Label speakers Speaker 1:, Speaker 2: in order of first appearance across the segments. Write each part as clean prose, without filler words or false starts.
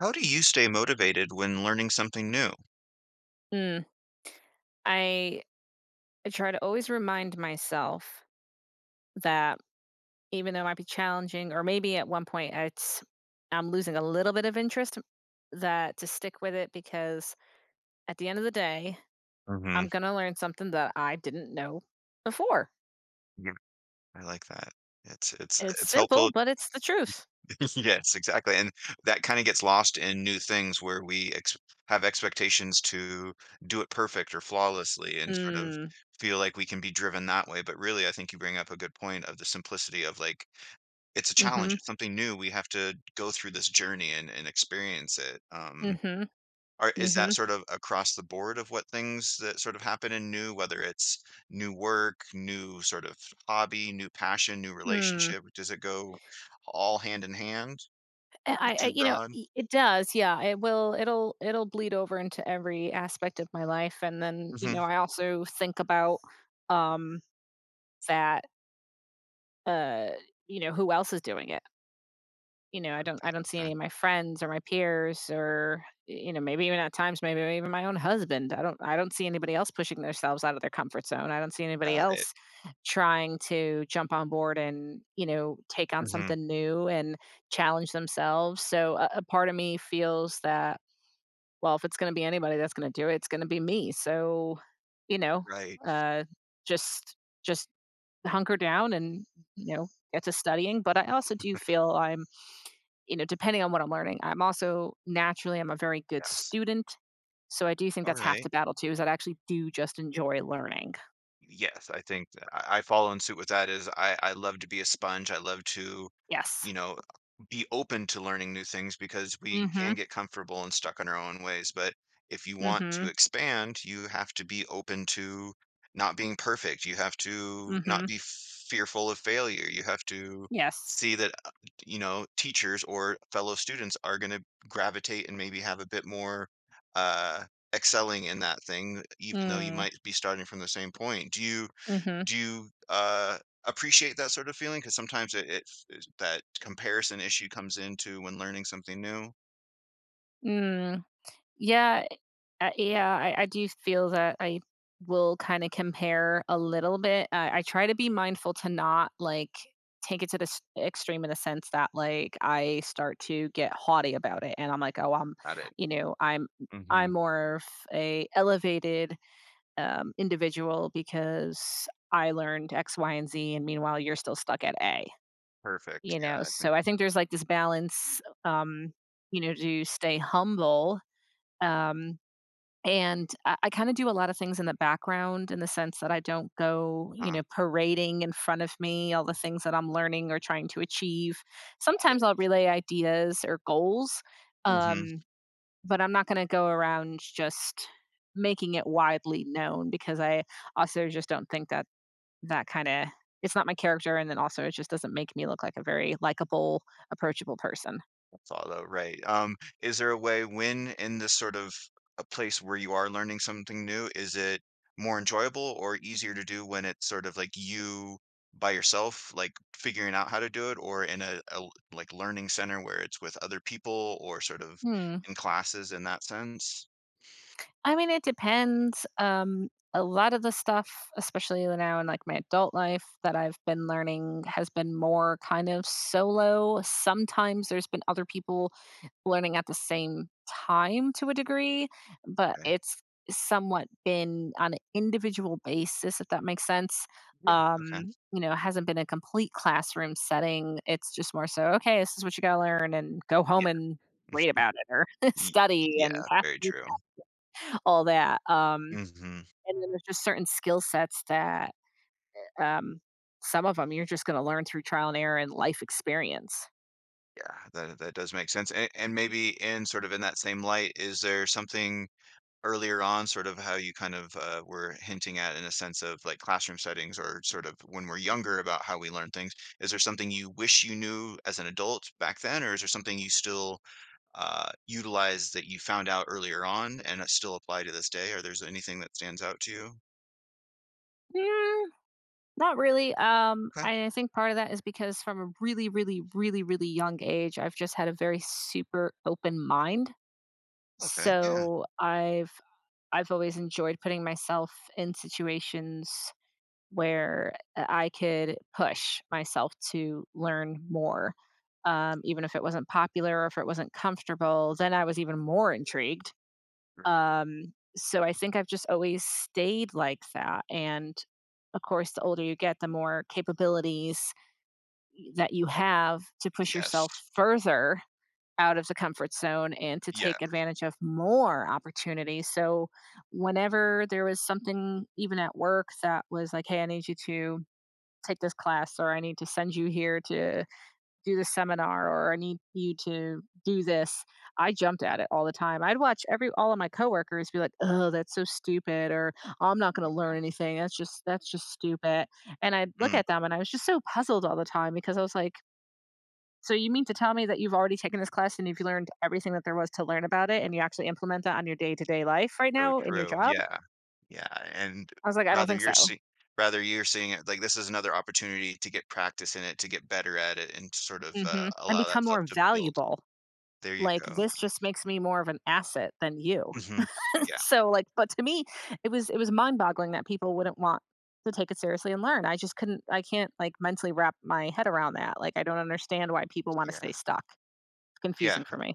Speaker 1: How do you stay motivated when learning something new?
Speaker 2: Mm. I I try to always remind myself that even though it might be challenging, or maybe at one point it's I'm losing a little bit of interest, that to stick with it because at the end of the day,
Speaker 1: Mhm.
Speaker 2: I'm gonna learn something that I didn't know before.
Speaker 1: Yeah, I like that. It's it's
Speaker 2: It's
Speaker 1: it's
Speaker 2: simple,
Speaker 1: helpful.
Speaker 2: but it's the truth.
Speaker 1: Yes, exactly, and that kinda gets lost in new things where we ex have expectations to do it perfect or flawlessly and sort of
Speaker 2: Mm.
Speaker 1: feel like we can be driven that way, but really, I think you bring up a good point of the simplicity of, like, it's a challenge,
Speaker 2: Mhm.
Speaker 1: it's something new, we have to go through this journey and experience it.
Speaker 2: Mhm.
Speaker 1: Or is
Speaker 2: Mhm.
Speaker 1: that sort of across the board of what things that sort of happen in new, whether it's new work, new sort of hobby, new passion, new
Speaker 2: Mm.
Speaker 1: relationship? Does it go all hand in hand? Maybe
Speaker 2: I I
Speaker 1: too
Speaker 2: you know,
Speaker 1: broad?
Speaker 2: i it does, yeah, it will it'll bleed over into every aspect of my life, and then,
Speaker 1: Mhm.
Speaker 2: I also think about, um, that, uh, you know, who else is doing it? You know, I don't I
Speaker 1: Got
Speaker 2: don't see
Speaker 1: okay.
Speaker 2: any of my friends or my peers or, you know, maybe even at times, maybe even my own husband. I don't see anybody else pushing themselves out of their comfort zone. I don't see anybody
Speaker 1: Got it.
Speaker 2: else trying to jump on board and, take on
Speaker 1: Mhm.
Speaker 2: something new and challenge themselves. So a part of me feels that, well, if it's gonna be anybody that's gonna do it, it's gonna be me. So, you know,
Speaker 1: Right.
Speaker 2: uh, just just hunker down and, you know, get to studying. But I also do feel I'm depending on what I'm learning. I'm also naturally I'm a very good
Speaker 1: Yes.
Speaker 2: student, so I do think that's half
Speaker 1: Alright.
Speaker 2: the battle too, is that I actually do just enjoy learning.
Speaker 1: Yes, I think I follow in suit with that is I love to be a sponge. I love to,
Speaker 2: Yes.
Speaker 1: you know, be open to learning new things because we can
Speaker 2: Mhm.
Speaker 1: get comfortable and stuck in our own ways. But if you want to
Speaker 2: Mhm.
Speaker 1: expand, you have to be open to not being perfect. You have to not
Speaker 2: Mhm.
Speaker 1: be fearful of failure. You have to
Speaker 2: Yes.
Speaker 1: see that, you know, teachers or fellow students are going to gravitate and maybe have a bit more uh excelling in that thing, even though you
Speaker 2: Mm.
Speaker 1: might be starting from the same point. Do you
Speaker 2: Mhm.
Speaker 1: do you, uh, appreciate that sort of feeling? Because sometimes that comparison issue comes into when learning something new.
Speaker 2: Mm. Yeah. Yeah, I do feel that I will kind of compare a little bit. I try to be mindful to not like take it to the s- extreme in the sense that like I start to get haughty about it, and I'm like, oh, I'm,
Speaker 1: Got it.
Speaker 2: you know, I'm
Speaker 1: Mhm.
Speaker 2: I'm more of a elevated individual because I learned X, Y, and Z, and meanwhile you're still stuck at A.
Speaker 1: Perfect.
Speaker 2: You know,
Speaker 1: Yeah, I
Speaker 2: so
Speaker 1: think
Speaker 2: I think there's like this balance, to stay humble. Um, and I kind of do a lot of things in the background in the sense that I don't go, you
Speaker 1: uh-huh.
Speaker 2: know, parading in front of me all the things that I'm learning or trying to achieve.
Speaker 1: Got
Speaker 2: Sometimes
Speaker 1: it.
Speaker 2: I'll relay ideas or goals,
Speaker 1: Mhm.
Speaker 2: um, but I'm not going to go around just making it widely known because I also just don't think that that kind of it's not my character and then also it just doesn't make me look like a very likable approachable person.
Speaker 1: Follow right. Is there a way when in this sort of a place where you are learning something new, is it more enjoyable or easier to do when it's sort of like you by yourself, like figuring out how to do it, or in like learning center where it's with other people or sort of
Speaker 2: Hmm.
Speaker 1: in classes in that sense?
Speaker 2: I mean, it depends. A lot of the stuff, especially now in like my adult life, that I've been learning has been more kind of solo. Sometimes there's been other people learning at the same time to a degree, but
Speaker 1: Okay.
Speaker 2: it's somewhat been on an individual basis, if that makes sense.
Speaker 1: Yeah. Okay.
Speaker 2: You know, it hasn't been a complete classroom setting. It's just more so, okay, this is what you gotta learn and go home
Speaker 1: Yeah.
Speaker 2: and read about it or
Speaker 1: Ye-
Speaker 2: study and
Speaker 1: Yeah.
Speaker 2: pass
Speaker 1: Very true.
Speaker 2: all that.
Speaker 1: Hmm.
Speaker 2: And then there's just certain skill sets that um, some of them you're just going to learn through trial and error and life experience.
Speaker 1: Yeah. That does make sense. And maybe in sort of in that same light, is there something earlier on, sort of how you kind of were hinting at in a sense of like classroom settings or sort of when we're younger about how we learn things. Is there something you wish you knew as an adult back then, or is there something you still utilize that you found out earlier on and it still apply to this day? Or there's anything that stands out to you?
Speaker 2: Mm, not really.
Speaker 1: Okay.
Speaker 2: I think part of that is because from a really, really, really, really young age, I've just had a very super open mind.
Speaker 1: Okay. Yeah.
Speaker 2: So I've always enjoyed putting myself in situations where I could push myself to learn more. Even if it wasn't popular or if it wasn't comfortable, then I was even more intrigued. So I think I've just always stayed like that. And of course, the older you get, the more capabilities that you have to push yourself
Speaker 1: Yes.
Speaker 2: further out of the comfort zone and to
Speaker 1: Yeah.
Speaker 2: take advantage of more opportunities. So, whenever there was something, even at work, that was like, hey, I need you to take this class or I need to send you here to do this seminar or I need you to do this. I jumped at it all the time. I'd watch every all of my coworkers be like, "Oh, that's so stupid," or "Oh, I'm not going to learn anything. That's just stupid." And I'd look
Speaker 1: Mm,
Speaker 2: at them and I was just so puzzled all the time because I was like, "So you mean to tell me that you've already taken this class and you've learned everything that there was to learn about it and you actually implement that on your day-to-day life right
Speaker 1: so
Speaker 2: now in your
Speaker 1: true.
Speaker 2: job?"
Speaker 1: Yeah. Yeah, and
Speaker 2: I was like, "I don't
Speaker 1: rather
Speaker 2: think so."
Speaker 1: you're see rather you're seeing it like this is another opportunity to get practice in it, to get better at it, and to sort of,
Speaker 2: Hmm.
Speaker 1: uh,
Speaker 2: And
Speaker 1: allow that
Speaker 2: become
Speaker 1: stuff
Speaker 2: more
Speaker 1: to build.
Speaker 2: valuable,
Speaker 1: There you
Speaker 2: like,
Speaker 1: go.
Speaker 2: this
Speaker 1: Yeah.
Speaker 2: just makes me more of an asset than you.
Speaker 1: Mhm. Yeah,
Speaker 2: So, like, but to me it was mind boggling that people wouldn't want to take it seriously and learn. I just couldn't i can't like mentally wrap my head around that, like, I don't understand why people want to
Speaker 1: yeah,
Speaker 2: stay stuck. It's
Speaker 1: yeah.
Speaker 2: confusing for me.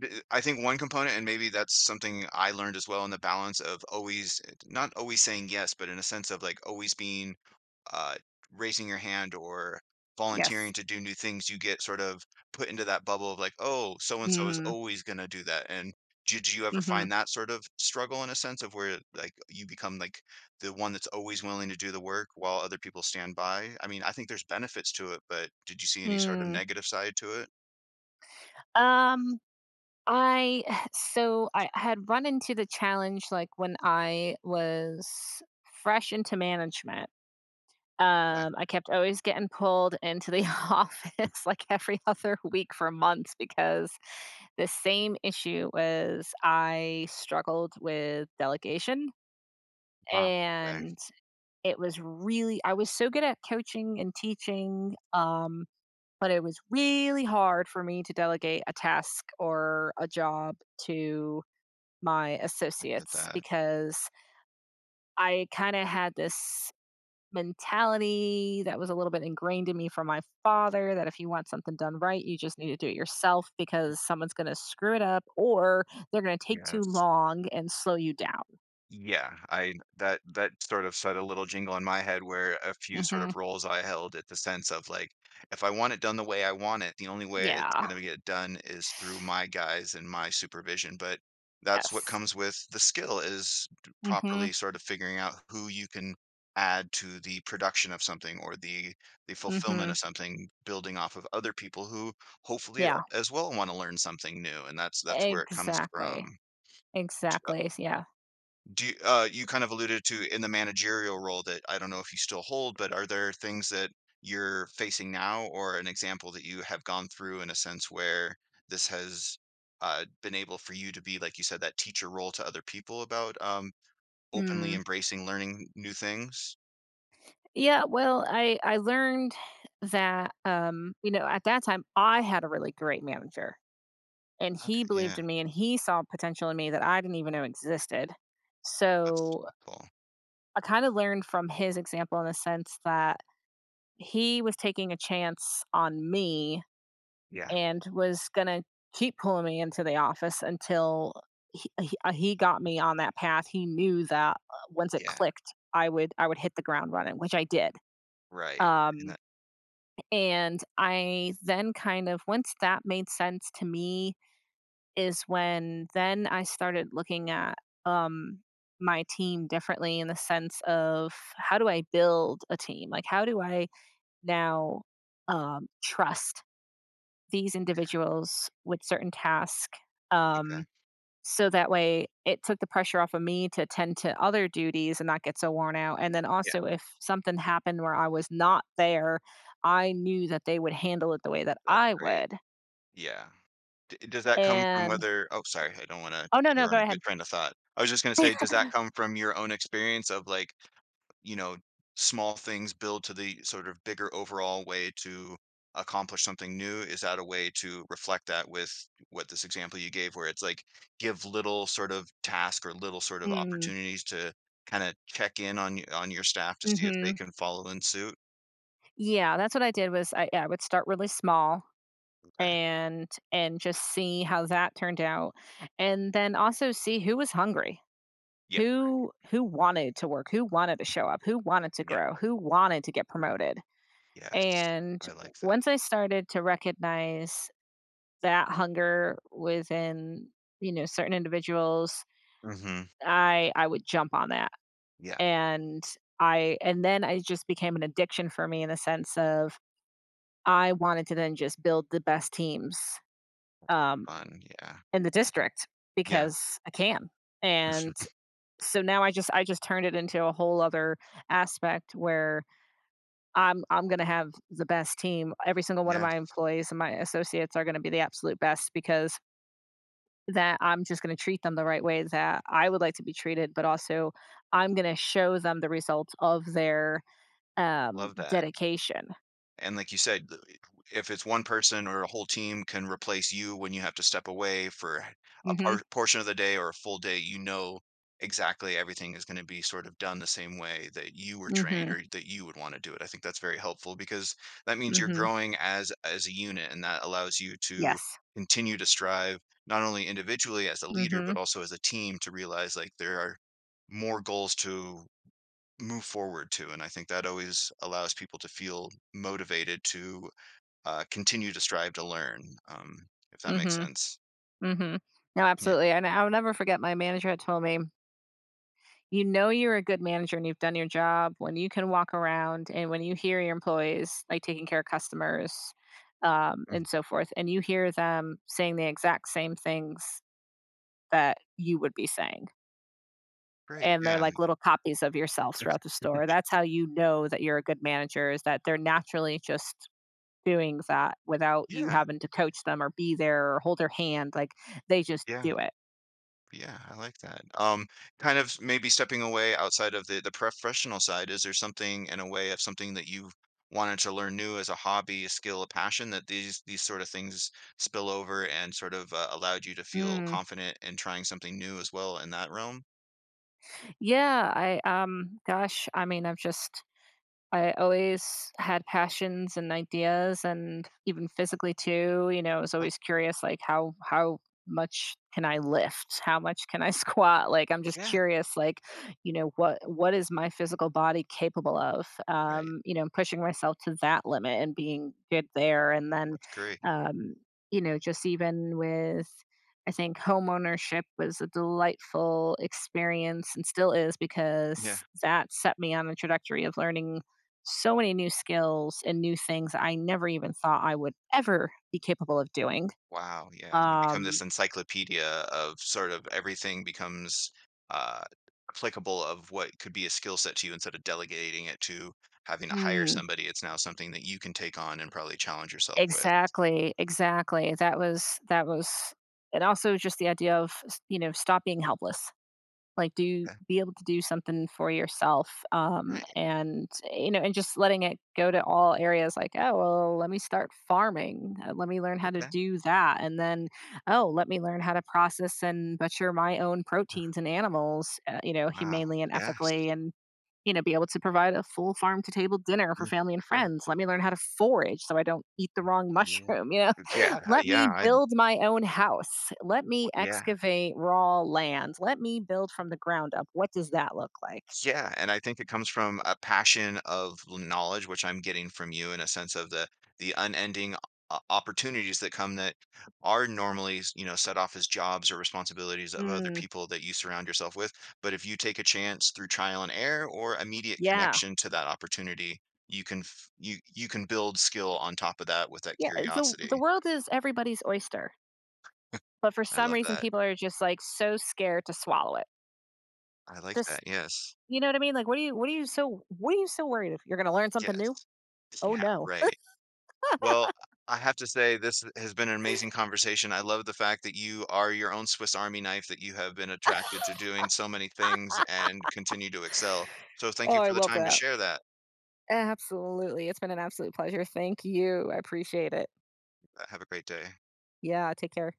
Speaker 1: I think one component, and maybe that's something I learned as well in the balance of not always saying yes, but in a sense of like always being uh, raising your hand or
Speaker 2: Yes.
Speaker 1: volunteering to do new things, you get sort of put into that bubble of like, oh, so and so is
Speaker 2: Mm.
Speaker 1: always going to do that. And did you ever
Speaker 2: Mm-hmm.
Speaker 1: find that sort of struggle in a sense of where like you become like the one that's always willing to do the work while other people stand by? I mean, I think there's benefits to it, but did you see any sort of
Speaker 2: Mm.
Speaker 1: negative side to it?
Speaker 2: um I So I had run into the challenge like when I was fresh into management.
Speaker 1: Like,
Speaker 2: I kept always getting pulled into the office like every other week for months because the same issue was I struggled with delegation,
Speaker 1: ah, okay,
Speaker 2: and it was really, I was so good at coaching and teaching, but it was really hard for me to delegate a task or a job to my
Speaker 1: I get
Speaker 2: associates
Speaker 1: that.
Speaker 2: because I kind of had this mentality that was a little bit ingrained in me from my father that if you want something done right, you just need to do it yourself because someone's going to screw it up or they're going to take too
Speaker 1: Yes.
Speaker 2: long and slow you down.
Speaker 1: Yeah, I that that sort of set a little jingle in my head where a few sort
Speaker 2: Mhm.
Speaker 1: of roles I held at the sense of like, if I want it done the way I want it, the only way it's
Speaker 2: Yeah.
Speaker 1: going to get done is through my guys and my supervision. But that's what
Speaker 2: Yes.
Speaker 1: comes with the skill is
Speaker 2: Mhm.
Speaker 1: properly sort of figuring out who you can add to the production of something or the fulfillment of
Speaker 2: Mhm.
Speaker 1: something, building off of other people who
Speaker 2: Yeah.
Speaker 1: as well want to learn something new. And that's where it comes from.
Speaker 2: Exactly. Exactly. Yeah.
Speaker 1: You kind of alluded to in the managerial role that I don't know if you still hold, but are there things that you're facing now or an example that you have gone through in a sense where this has been able for you to be, like you said, that teacher role to other people about openly
Speaker 2: Mm.
Speaker 1: embracing learning new things?
Speaker 2: Yeah, well, I learned that, you know, at that time I had a really great manager and
Speaker 1: Okay.
Speaker 2: he believed
Speaker 1: Yeah.
Speaker 2: in me and he saw potential in me that I didn't even know existed.
Speaker 1: That's
Speaker 2: So
Speaker 1: cool.
Speaker 2: I kind of learned from his example in the sense that he was taking a chance on me
Speaker 1: Yeah.
Speaker 2: and was going to keep pulling me into the office until he got me on that path. He knew that once it
Speaker 1: Yeah.
Speaker 2: clicked, I would hit the ground running, which I did.
Speaker 1: Right. And
Speaker 2: Um,
Speaker 1: that,
Speaker 2: and I then kind of once that made sense to me is when then I started looking at, um, my team differently in the sense of how do I build a team? Like, how do I now, trust these individuals with certain tasks? Um,
Speaker 1: okay.
Speaker 2: so that way it took the pressure off of me to attend to other duties and not get so worn out. And then
Speaker 1: Yeah.
Speaker 2: also, if something happened where I was not there, I knew that they would handle it the way that
Speaker 1: That's
Speaker 2: I
Speaker 1: great.
Speaker 2: would.
Speaker 1: Yeah. D Does that come from
Speaker 2: And
Speaker 1: whether oh, sorry, I don't wanna
Speaker 2: oh, no, no,
Speaker 1: you're on
Speaker 2: go
Speaker 1: a good
Speaker 2: ahead.
Speaker 1: train of thought. I was just gonna say, does that come from your own experience of, like, you know, small things build to the sort of bigger overall way to accomplish something new? Is that a way to reflect that with what this example you gave where it's, like, give little sort of task or little sort of
Speaker 2: Mm.
Speaker 1: opportunities to kinda check in on y on your staff to see if they
Speaker 2: Mhm.
Speaker 1: can follow in suit?
Speaker 2: Yeah, that's what I did was I would start really small
Speaker 1: Okay.
Speaker 2: and just see how that turned out, and then also see who was hungry,
Speaker 1: Yeah,
Speaker 2: who wanted to work, who wanted to show up, who wanted to
Speaker 1: yeah,
Speaker 2: grow, who wanted to get promoted.
Speaker 1: yes.
Speaker 2: And
Speaker 1: I like that.
Speaker 2: once I started to recognize that hunger within, you know, certain individuals,
Speaker 1: Mhm.
Speaker 2: I would jump on that.
Speaker 1: Yeah,
Speaker 2: And and then I just became an addiction for me in the sense of I wanted to then just build the best teams, um,
Speaker 1: fun, yeah.
Speaker 2: in the district
Speaker 1: Yeah.
Speaker 2: because I can. And so now I just turned it into a whole other aspect where I'm going to have the best team. Every single one of
Speaker 1: Yes,
Speaker 2: my employees and my associates are going to be the absolute best because that I'm just going to treat them the right way that I would like to be treated, but also I'm going to show them the results of their
Speaker 1: love that,
Speaker 2: dedication.
Speaker 1: and like you said, the if it's one person or a whole team can replace you when you have to step away for a
Speaker 2: Mm-hmm.
Speaker 1: portion of the day or a full day, you know exactly everything is gonna be sort of done the same way that you were trained
Speaker 2: Mm-hmm.
Speaker 1: or that you would wanna do it. I think that's very helpful because that means you're
Speaker 2: Mm-hmm.
Speaker 1: growing as a unit, and that allows you to
Speaker 2: Yes.
Speaker 1: continue to strive, not only individually as a leader,
Speaker 2: Mm-hmm.
Speaker 1: but also as a team to realize, like, there are more goals to move forward to. And I think that always allows people to feel motivated to continue to strive to learn, um, if that makes
Speaker 2: Mm-hmm.
Speaker 1: sense.
Speaker 2: Mhm. No,
Speaker 1: Yeah.
Speaker 2: absolutely, and I'll never forget my manager had told me, "You know you're a good manager and you've done your job when you can walk around and when you hear your employees, like, taking care of customers, and
Speaker 1: Mhm.
Speaker 2: so forth, and you hear them saying the exact same things that you would be saying,
Speaker 1: Great.
Speaker 2: and they're
Speaker 1: Yeah.
Speaker 2: like little copies of yourself
Speaker 1: That's-
Speaker 2: throughout the store. That's how you know that you're a good manager is that they're naturally just doing that without you
Speaker 1: Yeah.
Speaker 2: having to coach them or be there or hold their hand, like, they just
Speaker 1: Yeah.
Speaker 2: do it."
Speaker 1: Yeah. I like that. Kind of maybe stepping away outside of the professional side, is there something in a way of something that you've wanted to learn new as a hobby, a skill, a passion that these sort of things spill over and sort of, allowed you to feel
Speaker 2: Mm.
Speaker 1: confident in trying something new as well in that realm?
Speaker 2: Yeah, I gosh, I mean, I've just I always had passions and ideas and even physically too, you know, I was
Speaker 1: Okay.
Speaker 2: always curious like how much can I lift? How much can I squat? Like I'm just
Speaker 1: Yeah.
Speaker 2: curious like, you know, what is my physical body capable of?
Speaker 1: Right.
Speaker 2: You know, and pushing myself to that limit and being good there and then
Speaker 1: That's great.
Speaker 2: um, you know, just even with I think homeownership was a delightful experience and still is because
Speaker 1: Yeah.
Speaker 2: that set me on a trajectory of learning so many new skills and new things I never even thought I would ever be capable of doing.
Speaker 1: Wow, yeah, you become
Speaker 2: Um,
Speaker 1: this encyclopedia of sort of everything becomes, uh, applicable of what could be a skill set to you instead of delegating it to having to hire
Speaker 2: mm,
Speaker 1: somebody, it's now something that you can take on and probably challenge yourself with.
Speaker 2: exactly, exactly. And also just the idea of, you know, stop being helpless. Like, do
Speaker 1: Okay,
Speaker 2: be able to do something for yourself,
Speaker 1: right,
Speaker 2: and, you know, and just letting it go to all areas. Like, oh well, let me start farming, let me learn how to
Speaker 1: okay.
Speaker 2: do that. And then, oh, let me learn how to process and butcher my own proteins and animals, you know,
Speaker 1: Wow,
Speaker 2: humanely and
Speaker 1: yes.
Speaker 2: ethically, and, you know, be able to provide a full farm to table dinner for family and friends.
Speaker 1: Incredible.
Speaker 2: Let me learn how to forage so I don't eat the wrong
Speaker 1: Mhm.
Speaker 2: mushroom. You know,
Speaker 1: Yeah,
Speaker 2: let me
Speaker 1: yeah, I
Speaker 2: build my own house. Let me
Speaker 1: yeah.
Speaker 2: excavate raw land. Let me build from the ground up. What does that look like?
Speaker 1: Yeah, and I think it comes from a passion of knowledge, which I'm getting from you in a sense of the unending opportunities that come that are normally, you know, set off as jobs or responsibilities of other
Speaker 2: Mm.
Speaker 1: people that you surround yourself with. But if you take a chance through trial and error or immediate
Speaker 2: Yeah.
Speaker 1: connection to that opportunity, you can you can build skill on top of that with that
Speaker 2: Yeah. The
Speaker 1: curiosity.
Speaker 2: world is everybody's oyster. But for
Speaker 1: I
Speaker 2: some
Speaker 1: love
Speaker 2: reason,
Speaker 1: that.
Speaker 2: people are just like so scared to swallow it.
Speaker 1: I like
Speaker 2: Just,
Speaker 1: that. Yes.
Speaker 2: you know what I mean? Like, what are you so, what are you so worried if you're going to learn something new?
Speaker 1: Yes.
Speaker 2: Oh,
Speaker 1: Yeah,
Speaker 2: no.
Speaker 1: right. Well, I have to say this has been an amazing conversation. I love the fact that you are your own Swiss Army knife, that you have been attracted to doing so many things and continue to excel. So thank
Speaker 2: Oh,
Speaker 1: you
Speaker 2: I
Speaker 1: for the
Speaker 2: love
Speaker 1: time to
Speaker 2: that.
Speaker 1: share that.
Speaker 2: Absolutely. It's been an absolute pleasure. Thank you. I appreciate it.
Speaker 1: Have a great day.
Speaker 2: Yeah. Take care.